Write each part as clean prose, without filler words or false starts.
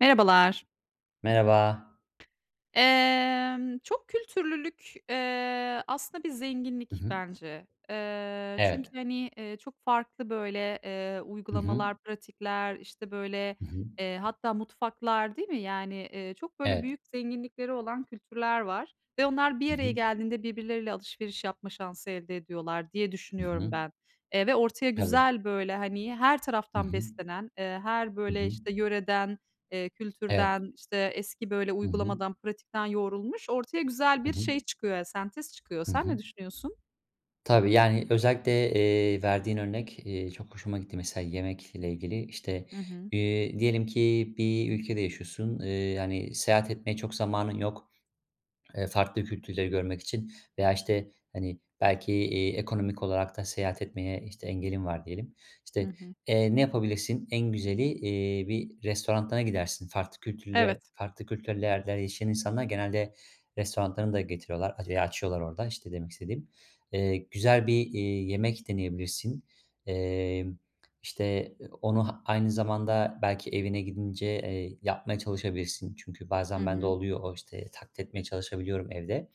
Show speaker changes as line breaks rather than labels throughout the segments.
Merhabalar.
Merhaba.
Çok kültürlülük, aslında bir
Hı
zenginlik
hı.
bence.
Evet.
Çünkü, hani, çok farklı, böyle,
Hı hı.
uygulamalar, pratikler, işte, böyle,
Hı hı.
hatta mutfaklar, değil mi? Yani, çok, böyle,
Evet.
büyük zenginlikleri olan kültürler var ve onlar
Hı
bir
hı.
araya geldiğinde birbirleriyle alışveriş yapma şansı elde ediyorlar diye
Hı
düşünüyorum
hı.
ben. Ve ortaya
Tabii.
güzel, böyle, hani, her
Hı
taraftan
hı.
beslenen, her,
Hı
böyle,
hı.
işte, yöreden,
Evet.
kültürden, işte, eski, böyle,
Hı hı.
uygulamadan, pratikten yoğrulmuş ortaya güzel
Hı
bir
hı.
şey çıkıyor, sentez çıkıyor.
Hı
Sen
hı.
ne düşünüyorsun?
Tabii, yani, özellikle, verdiğin örnek, çok hoşuma gitti mesela yemekle ilgili. İşte,
Hı hı.
diyelim ki bir ülkede yaşıyorsun, hani, seyahat etmeye çok zamanın yok. Farklı kültürleri görmek için veya, işte, hani, belki, ekonomik olarak da seyahat etmeye, işte, engelin var diyelim.
Hı
İşte,
hı.
ne yapabilirsin? En güzeli, bir restorana gidersin.
Evet.
Farklı kültürlerde yaşayan insanlar genelde restoranlarını da getiriyorlar veya açıyorlar orada, işte, demek istediğim. Güzel bir, yemek deneyebilirsin. Emm işte, onu aynı zamanda belki evine gidince, yapmaya çalışabilirsin. Çünkü
Hı
bazen bende
hı.
oluyor o, işte, taklit etmeye çalışabiliyorum evde.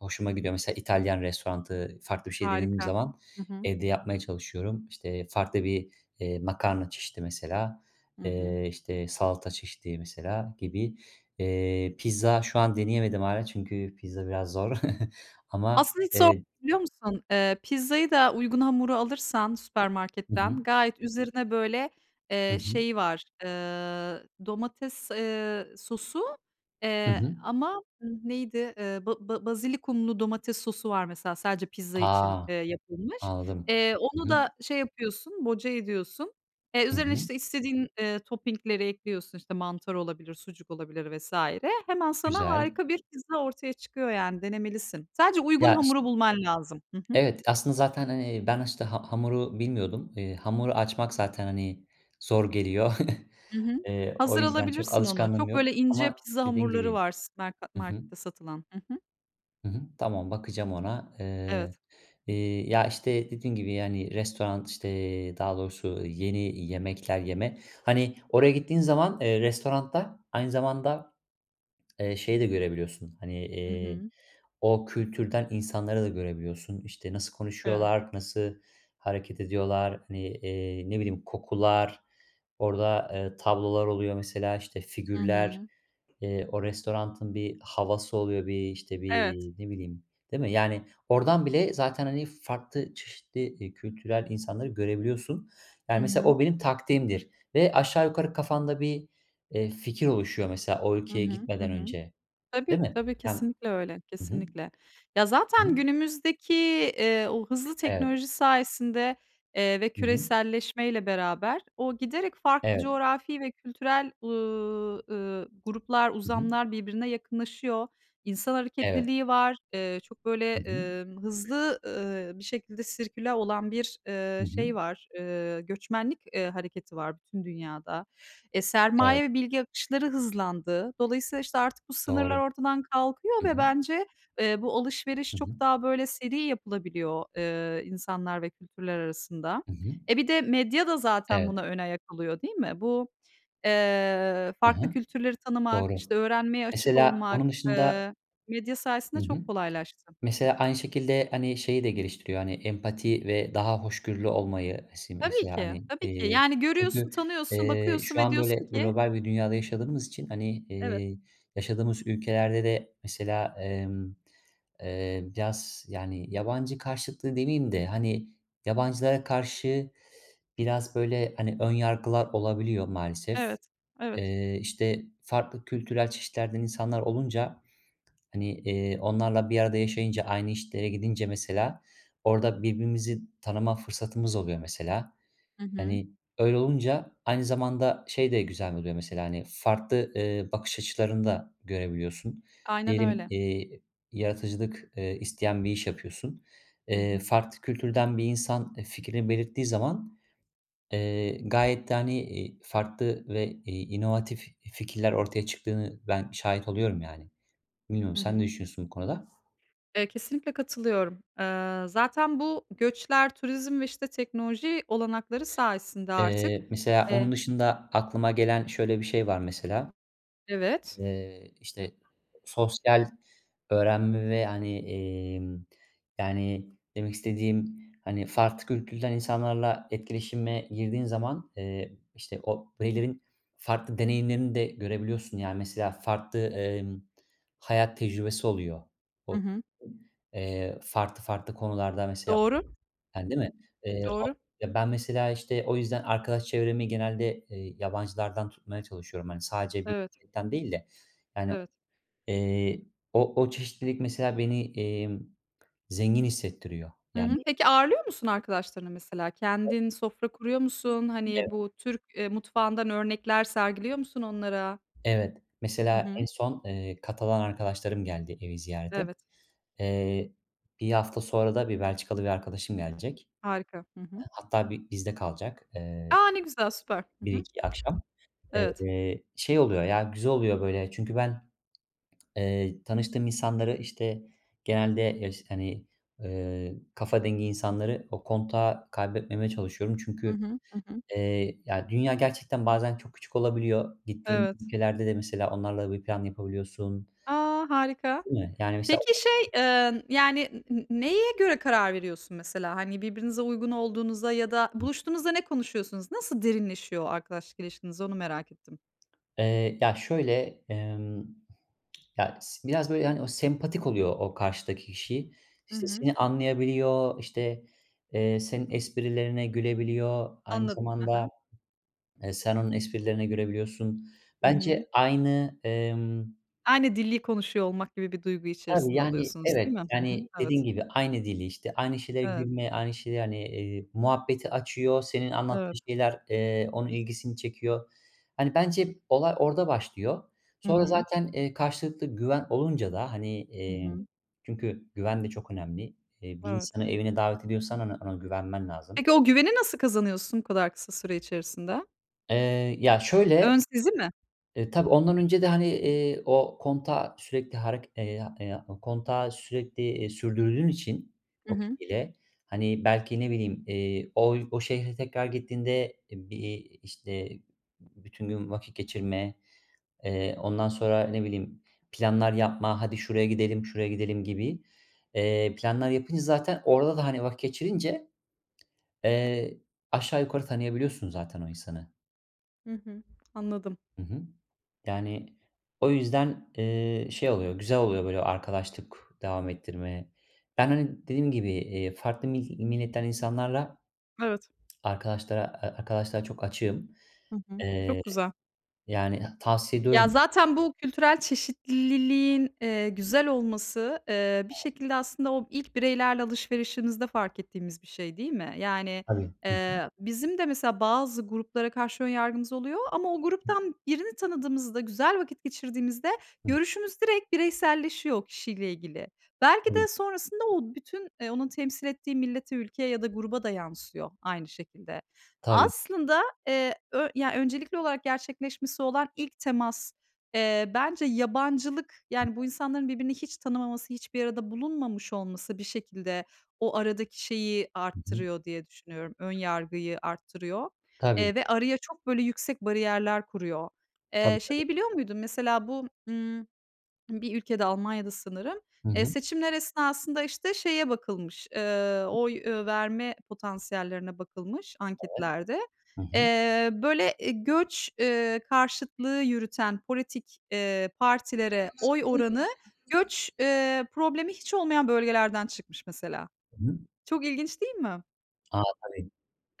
Hoşuma gidiyor. Mesela İtalyan restoranı, farklı bir şey denediğim
Harika.
zaman
Hı hı.
evde yapmaya çalışıyorum. İşte, farklı bir, makarna çeşidi mesela,
Hı hı.
işte, salata çeşidi mesela gibi. Pizza şu an deneyemedim hala çünkü pizza biraz zor ama,
Aslında hiç zor değil biliyor musun? Pizzayı da uygun hamuru alırsan
Hı hı.
süpermarketten gayet üzerine böyle,
Hı hı.
şeyi var, domates, sosu,
Hı hı.
ama neydi, ba ba basilikumlu domates sosu var mesela sadece pizza için,
A!
yapılmış.
Anladım. Hı
Onu
hı.
da şey yapıyorsun, boca ediyorsun.
Hı
Üzerine,
hı.
işte, istediğin, topping'leri ekliyorsun, işte, mantar olabilir, sucuk olabilir vs. Hemen sana
Güzel.
harika bir pizza ortaya çıkıyor yani, denemelisin. Sadece uygun
Ya,
hamuru
işte.
bulman lazım. Hı hı.
Evet, aslında zaten, hani, ben, işte, hamuru bilmiyordum. Hamuru açmak zaten, hani, zor geliyor.
Hı hı.
O
Hazır
yüzden çok
alabilirsin onu.
alışkanlığım
Çok
yok
böyle ince
ama
pizza
dediğin
hamurları
gibi.
var s merka
Hı hı.
markette satılan. Hı hı.
Hı hı. Tamam, bakacağım ona.
Evet.
Ya, işte, dediğin gibi, yani, restoran, işte, daha doğrusu yeni yemekler yeme. Hani, oraya gittiğin zaman, restoranda aynı zamanda. Şeyi de görebiliyorsun, hani,
Hı hı.
o kültürden insanları da görebiliyorsun. İşte, nasıl
Evet.
konuşuyorlar, nasıl hareket ediyorlar, hani, ne bileyim, kokular, orada, tablolar oluyor mesela, işte,
Hı
figürler,
hı.
o restoranın bir havası oluyor, bir, işte,
Evet.
bir, ne bileyim, değil mi? Yani, oradan bile zaten, hani, farklı çeşitli, kültürel insanları görebiliyorsun.
Hı
Yani, mesela
hı.
o benim taktiğimdir ve aşağı yukarı kafanda bir fikir oluşuyor mesela o
Hı
ülkeye
hı. Hı
gitmeden
hı.
önce, değil
Tabii,
mi?
tabii,
Yani.
kesinlikle öyle,
Hı hı.
kesinlikle. Ya,
Hı
zaten
hı.
günümüzdeki, o hızlı
Evet.
teknoloji sayesinde, ve
Hı hı.
küreselleşmeyle beraber o giderek farklı
Evet.
coğrafi ve kültürel, gruplar,
Hı hı.
uzamlar birbirine yakınlaşıyor. İnsan
Evet.
hareketliliği var. Çok böyle,
Hı hı.
hızlı, bir şekilde sirküle olan bir,
Hı hı.
şey var, göçmenlik, hareketi var bütün dünyada. E, sermaye
Evet.
ve bilgi akışları hızlandı. Dolayısıyla, işte, artık bu sınırlar
Doğru.
ortadan kalkıyor
Hı
ve
hı.
bence, bu alışveriş
Hı
çok
hı.
daha böyle seri yapılabiliyor, insanlar ve kültürler arasında.
Hı hı.
E, bir de medya da zaten buna
Evet.
ön ayak oluyor, değil mi? Bu,
Hı
farklı
hı.
kültürleri tanımak, işte,
Doğru.
öğrenmeye açık
Mesela onun
olmak,
dışında.
medya sayesinde
Hı hı.
çok kolaylaştı.
Mesela aynı şekilde, hani, şeyi de geliştiriyor, hani, empati ve daha hoşgörülü olmayı
Tabii
mesela,
ki,
hani,
tabii ki. Yani görüyorsun,
çünkü,
tanıyorsun, bakıyorsun
şu
ve
an böyle
diyorsun ki:
global bir dünyada yaşadığımız için, hani,
"Evet,
yaşadığımız ülkelerde de mesela, biraz, yani, yabancı karşıtlığı demeyeyim de, hani, yabancılara karşı biraz böyle, hani, ön yargılar olabiliyor maalesef.
evet, evet."
İşte, farklı kültürel çeşitlerden insanlar olunca. Hani, onlarla bir arada yaşayınca, aynı işlere gidince mesela orada birbirimizi tanıma fırsatımız oluyor mesela.
Hı hı.
Hani, öyle olunca aynı zamanda şey de güzel oluyor mesela, hani, farklı, bakış açılarını da görebiliyorsun.
Aynen
Diyelim,
öyle.
yaratıcılık, isteyen bir iş yapıyorsun.
Hı hı.
Farklı kültürden bir insan, fikrini belirttiği zaman, gayet de, hani, farklı ve, inovatif fikirler ortaya çıktığını ben şahit oluyorum yani. Bilmiyorum
Hı
sen ne
hı.
düşünüyorsun bu konuda?
Kesinlikle katılıyorum. Zaten bu göçler, turizm ve, işte, teknoloji olanakları sayesinde artık,
Mesela
eee
onun dışında aklıma gelen şöyle bir şey var mesela,
Evet.
işte, sosyal öğrenme ve, hani, yani, demek istediğim, hani, farklı kültürden insanlarla etkileşime girdiğin zaman, işte, o bireylerin farklı deneyimlerini de görebiliyorsun. Yani, mesela farklı, hayat tecrübesi oluyor.
Hı
O
hı.
farklı farklı konularda mesela.
Doğru,
Ha, değil mi? O
doğru.
Ya, ben mesela, işte, o yüzden arkadaş çevremi genelde, yabancılardan tutmaya çalışıyorum. Hani, sadece bir
Evet,
milletten değil de yani,
evet.
eee, o çeşitlilik mesela beni, zengin hissettiriyor.
Hı
Yani.
hı. Peki ağırlıyor musun arkadaşlarını mesela? Kendin sofra kuruyor musun? Hani,
ev
bu Türk, mutfağından örnekler sergiliyor musun onlara?
Evet.
Hı
Mesela en
hı.
son, Katalan arkadaşlarım geldi evi ziyarete.
Evet,
Eee, 1 hafta sonra da bir Belçikalı bir arkadaşım gelecek.
harika. Hı hı.
Hatta bizde kalacak,
A! Ne güzel, süper. Hı hı.
1-2 akşam.
Evet.
Şey oluyor ya, güzel oluyor böyle çünkü ben. Tanıştığım insanları, işte, genelde hani, kafa dengi insanları o kontağı kaybetmemeye çalışıyorum.
Hı
Çünkü,
hı. Hı hı.
ya, dünya gerçekten bazen çok küçük olabiliyor. Gittiğin
Evet.
ülkelerde de mesela onlarla bir plan yapabiliyorsun,
A! Harika.
değil mi? Yani, mesela,
Peki şey, yani neye göre karar veriyorsun mesela? Hani, birbirinize uygun olduğunuzda ya da buluştuğunuzda ne konuşuyorsunuz? Nasıl derinleşiyor arkadaşlık ilişkiniz? Onu merak ettim.
ya, şöyle, ya, biraz, böyle, hani, o sempatik oluyor o karşıdaki kişi.
Hı
İşte,
hı.
seni anlayabiliyor, işte, senin esprilerine gülebiliyor. Aynı
Anladım.
zamanda.
Hı
Sen onun esprilerine gülebiliyorsun. Hı.
Hı hı.
Bence aynı.
Aynı dili konuşuyor olmak gibi bir duygu
Tabii,
içerisinde
yani,
oluyorsunuz, değil
evet,
mi? Hı hı.
yani, dediğin
Evet.
gibi aynı dili, işte, aynı şeylere
Evet.
gülme, aynı şeyleri, hani, muhabbeti açıyor. Senin
Evet.
anlattığın şeyler, onun ilgisini çekiyor. Hani, bence olay orada başlıyor.
Hı
Sonra
hı.
zaten, karşılıklı güven olunca da, hani,
Hı hı.
çünkü güven de çok önemli. Bir
Evet.
insanı evine davet ediyorsan ona güvenmen lazım.
Peki o güveni nasıl kazanıyorsun bu kadar kısa süre içerisinde?
Ya, şöyle.
Ön sizi mi?
Tabii ondan önce de, hani, o kontağı sürekli harek kontağı sürekli, sürdürdüğün için
Hı
o
hı.
kişiyle, hani, belki ne bileyim, o şehre tekrar gittiğinde, bir, işte, bütün gün vakit geçirme, ondan sonra ne bileyim planlar yapma, "Hadi şuraya gidelim, şuraya gidelim." gibi, planlar yapınca zaten orada da, hani, vakit geçirince, eee, aşağı yukarı tanıyabiliyorsun zaten o insanı.
Hı hı. Anladım.
Hı hı. Yani, o yüzden, şey oluyor, güzel oluyor böyle arkadaşlık devam ettirme. Ben, hani, dediğim gibi, farklı milletten insanlarla
Evet.
arkadaşlara çok açığım.
Hı hı. Çok
Eee,
güzel.
Yani, tavsiye
Ya,
ediyorum.
zaten bu kültürel çeşitliliğin, güzel olması, bir şekilde aslında o ilk bireylerle alışverişimizde fark ettiğimiz bir şey, değil mi? Yani,
Tabii. Hı hı.
bizim de mesela bazı gruplara karşı ön yargımız oluyor ama o gruptan birini tanıdığımızda, güzel vakit geçirdiğimizde
Hı hı.
görüşümüz direkt bireyselleşiyor o kişiyle ilgili. Belki
Tabii,
de sonrasında o bütün, onun temsil ettiği millete, ülkeye ya da gruba da yansıyor aynı şekilde.
tabii.
Aslında ö ya, öncelikli olarak gerçekleşmesi olan ilk temas, bence yabancılık, yani, bu insanların birbirini hiç tanımaması, hiçbir arada bulunmamış olması bir şekilde o aradaki şeyi
Hı hı.
arttırıyor diye düşünüyorum, ön yargıyı arttırıyor,
Tabii,
ve araya çok böyle yüksek bariyerler kuruyor.
tabii, tabii.
Şeyi biliyor muydun mesela bu, bir ülkede, Almanya'da sanırım.
Hı hı.
Seçimler esnasında, işte, şeye bakılmış, oy, verme potansiyellerine bakılmış anketlerde.
Hı hı.
Böyle, göç, karşıtlığı yürüten politik, partilere oy oranı göç, problemi hiç olmayan bölgelerden çıkmış mesela.
Hı hı.
Çok ilginç değil mi?
A, tabii,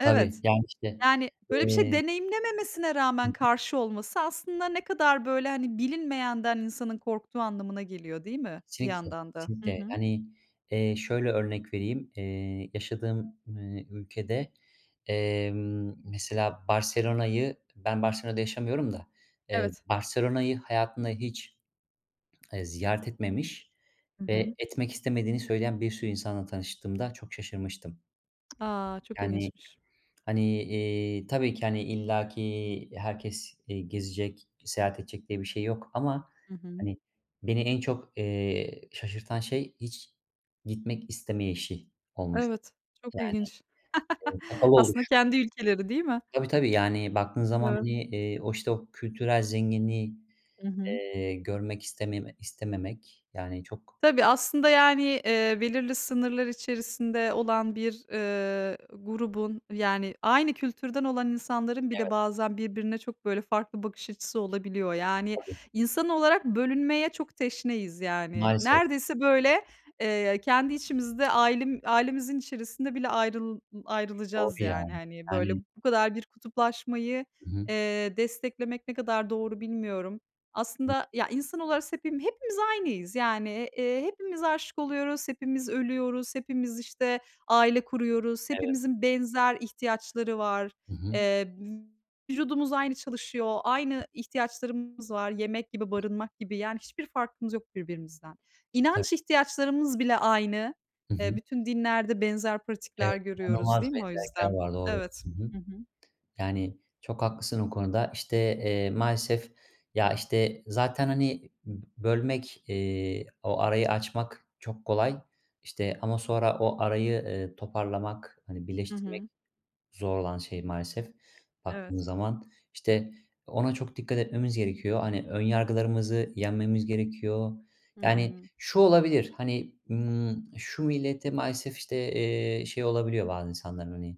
tabii. Yani, işte,
Yani, böyle bir şey
eee
deneyimlememesine rağmen karşı olması aslında ne kadar, böyle, hani, bilinmeyenden insanın korktuğu anlamına geliyor, değil mi bir
Kesinlikle,
yandan da? Hı
kesinlikle.
hı.
Hani, şöyle örnek vereyim. Yaşadığım, ülkede, mesela Barcelona'yı ben Barcelona'da yaşamıyorum da,
Evet.
Barcelona'yı hayatında hiç, ziyaret etmemiş
Hı
ve
hı.
etmek istemediğini söyleyen bir sürü insanla tanıştığımda çok şaşırmıştım.
A, çok
Yani.
ilginçmiş.
Hani, tabii ki, hani, illaki herkes, gezecek, seyahat edecek diye bir şey yok ama,
Hı hı.
hani, beni en çok, şaşırtan şey hiç gitmek istemeyişi olmuş.
Evet, çok
Yani,
ilginç.
kapalı
Aslında
oluş.
kendi ülkeleri, değil mi?
Tabii, tabii, yani, baktığın zaman,
Evet.
hani, o, işte, o kültürel zenginliği,
Hı hı.
görmek istememek, yani, çok.
Tabii, aslında, yani, belirli sınırlar içerisinde olan bir, grubun, yani, aynı kültürden olan insanların bile
Evet,
bazen birbirine çok, böyle, farklı bakış açısı olabiliyor. Yani,
tabii.
insan olarak bölünmeye çok teşneyiz, yani.
Maalesef.
Neredeyse, böyle, kendi içimizde ailemizin içerisinde bile
Doğru
ayrılacağız, yani.
yani.
Hani, böyle,
Yani.
bu kadar bir kutuplaşmayı,
Hı hı.
desteklemek ne kadar doğru bilmiyorum.
Hı.
Aslında ya, insan olarak hepimiz aynıyız. Yani, hepimiz aşık oluyoruz, hepimiz ölüyoruz, hepimiz, işte, aile kuruyoruz,
Evet.
hepimizin benzer ihtiyaçları var.
Hı hı.
Eee, Vücudumuz aynı çalışıyor, aynı ihtiyaçlarımız var, yemek gibi, barınmak gibi. Yani, hiçbir farkımız yok birbirimizden.
Tabii.
İnanç ihtiyaçlarımız bile aynı.
Hı hı.
Bütün dinlerde benzer
Evet,
pratikler görüyoruz,
inanılmaz
değil mi o yüzden?
benzerlikler var. Doğru.
Evet.
Hı hı.
Hı hı.
Yani, çok haklısın o konuda. İşte, maalesef ya, işte, zaten, hani, bölmek, o arayı açmak çok kolay. İşte ama sonra o arayı, toparlamak, hani,
Hı
birleştirmek
hı.
zor olan şey maalesef baktığımız
Evet.
zaman. İşte, ona çok dikkat etmemiz gerekiyor. Hani, ön yargılarımızı yenmemiz gerekiyor.
Hı
Yani,
hı.
şu olabilir, hani, şu millete maalesef, işte, şey olabiliyor bazı insanların, hani,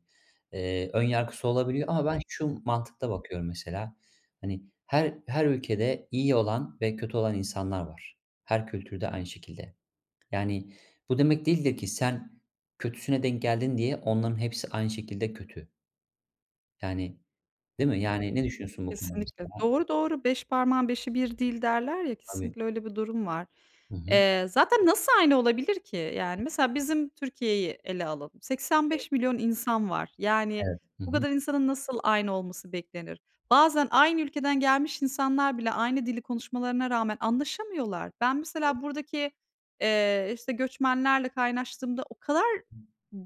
ön yargısı olabiliyor ama ben şu mantıkla bakıyorum mesela, hani, her ülkede iyi olan ve kötü olan insanlar var. Her kültürde aynı şekilde. Yani, bu demek değildir ki sen kötüsüne denk geldin diye onların hepsi aynı şekilde kötü. Yani, değil mi? Yani, ne düşünüyorsun bu konuda
Kesinlikle.
mesela?
Doğru, doğru. "Beş parmağın beşi bir değil." derler ya,
Tabii.
kesinlikle öyle bir durum var.
Hı hı.
Zaten nasıl aynı olabilir ki? Yani, mesela bizim Türkiye'yi ele alalım. 85 milyon insan var. Yani,
Evet. Hı
bu
hı.
kadar insanın nasıl aynı olması beklenir? Bazen aynı ülkeden gelmiş insanlar bile aynı dili konuşmalarına rağmen anlaşamıyorlar. Ben mesela buradaki, işte, göçmenlerle kaynaştığımda o kadar,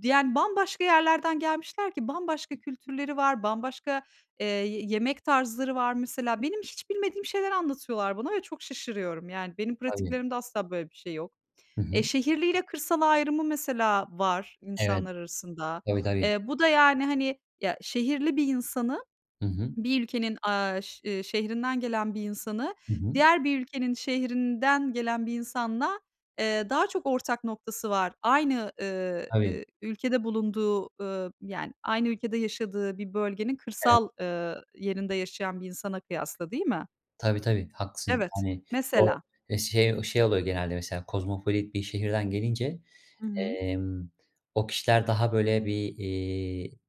yani, bambaşka yerlerden gelmişler ki bambaşka kültürleri var, bambaşka, yemek tarzları var mesela. Benim hiç bilmediğim şeyler anlatıyorlar bana ve çok şaşırıyorum. Yani, benim
Tabii.
pratiklerimde asla böyle bir şey yok.
Hı
E,
hı.
şehirli ile kırsal ayrımı mesela var
Evet.
insanlar arasında.
Tabii, tabii.
Bu da, yani, hani, ya, şehirli bir insanı
Hı hı.
bir ülkenin, aaa, ş şehrinden gelen bir insanı
Hı hı.
diğer bir ülkenin şehrinden gelen bir insanla, daha çok ortak noktası var. Aynı,
Tabii.
ülkede bulunduğu, yani, aynı ülkede yaşadığı bir bölgenin
Evet.
kırsal, yerinde yaşayan bir insana kıyasla, değil mi?
Tabii, tabii. Haklısın.
Evet,
Yani, o,
mesela.
şey oluyor genelde mesela kozmopolit bir şehirden gelince,
Hı hı.
emm, o kişiler daha böyle bir,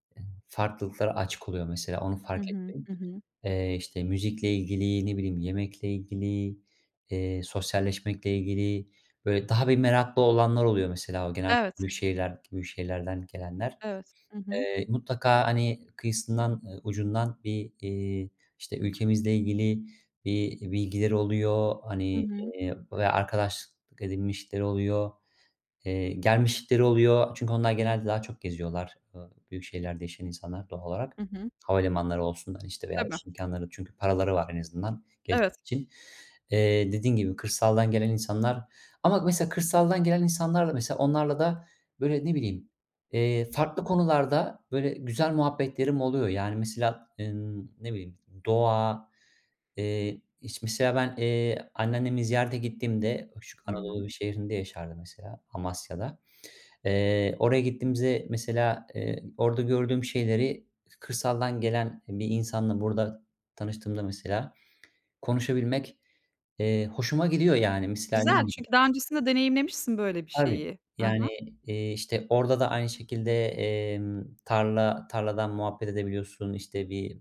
farklılıklara açık oluyor mesela. Onu
Hı
fark
hı.
ettim.
Hı hı.
İşte, müzikle ilgili, ne bileyim, yemekle ilgili, sosyalleşmekle ilgili, böyle, daha bir meraklı olanlar oluyor mesela o genelde
Evet,
büyük şehirlerden gelenler.
evet. Hı hı.
Mutlaka, hani, kıyısından, ucundan bir, işte, ülkemizle ilgili bir bilgileri oluyor,
Hı
hani,
hı.
ve arkadaşlık edinmişleri oluyor. Gelmişlikleri oluyor çünkü onlar genelde daha çok geziyorlar, büyük şehirlerde yaşayan insanlar doğal olarak.
Hı hı.
Havalimanları olsun, hani, işte, veya
Tabii,
iş imkânları çünkü paraları var en azından gezmek
evet.
için. Dediğin gibi kırsaldan gelen insanlar ama mesela kırsaldan gelen insanlar da mesela onlarla da, böyle, ne bileyim, farklı konularda, böyle, güzel muhabbetlerim oluyor. Yani, mesela, ne bileyim, doğa. Hiç mesela ben, anneannemi ziyarete gittiğimde şu
Hı hı.
Anadolu bir şehrinde yaşardı mesela, Amasya'da. Oraya gittiğimizde mesela, orada gördüğüm şeyleri kırsaldan gelen bir insanla burada tanıştığımda mesela konuşabilmek, hoşuma gidiyor yani. Mesela ne
Güzel
bileyim.
çünkü daha öncesinde deneyimlemişsin böyle bir
Tabii.
şeyi. Hı
Yani,
hı,
işte, orada da aynı şekilde, tarladan muhabbet edebiliyorsun, işte, bir,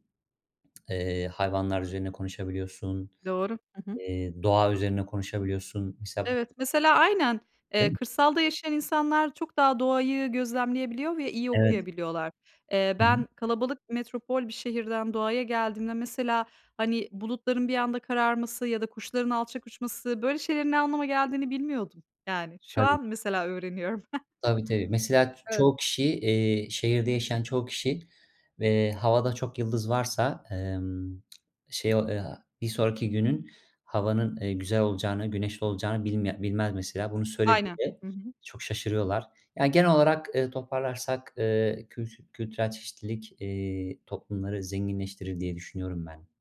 hayvanlar üzerine konuşabiliyorsun.
doğru. Hı hı.
Doğa üzerine konuşabiliyorsun. Mesela bu.
Evet, mesela aynen.
Değil mi?
Kırsalda yaşayan insanlar çok daha doğayı gözlemleyebiliyor ve iyi
Evet.
okuyabiliyorlar.
Hı hı.
Ben kalabalık metropol bir şehirden doğaya geldiğimde mesela, hani, bulutların bir anda kararması ya da kuşların alçak uçması, böyle şeylerin ne anlama geldiğini bilmiyordum. Yani şu
Tabii.
an mesela öğreniyorum.
Tabii, tabii. Mesela
Evet.
çoğu kişi, şehirde yaşayan çoğu kişi, havada çok yıldız varsa, şey o bir sonraki günün havanın, güzel olacağını, güneşli olacağını bilmez mesela. Bunu
Aynen.
söylediğinde
Hı hı.
çok şaşırıyorlar. Yani genel olarak, toparlarsak, kültürel çeşitlilik, toplumları zenginleştirir diye düşünüyorum ben.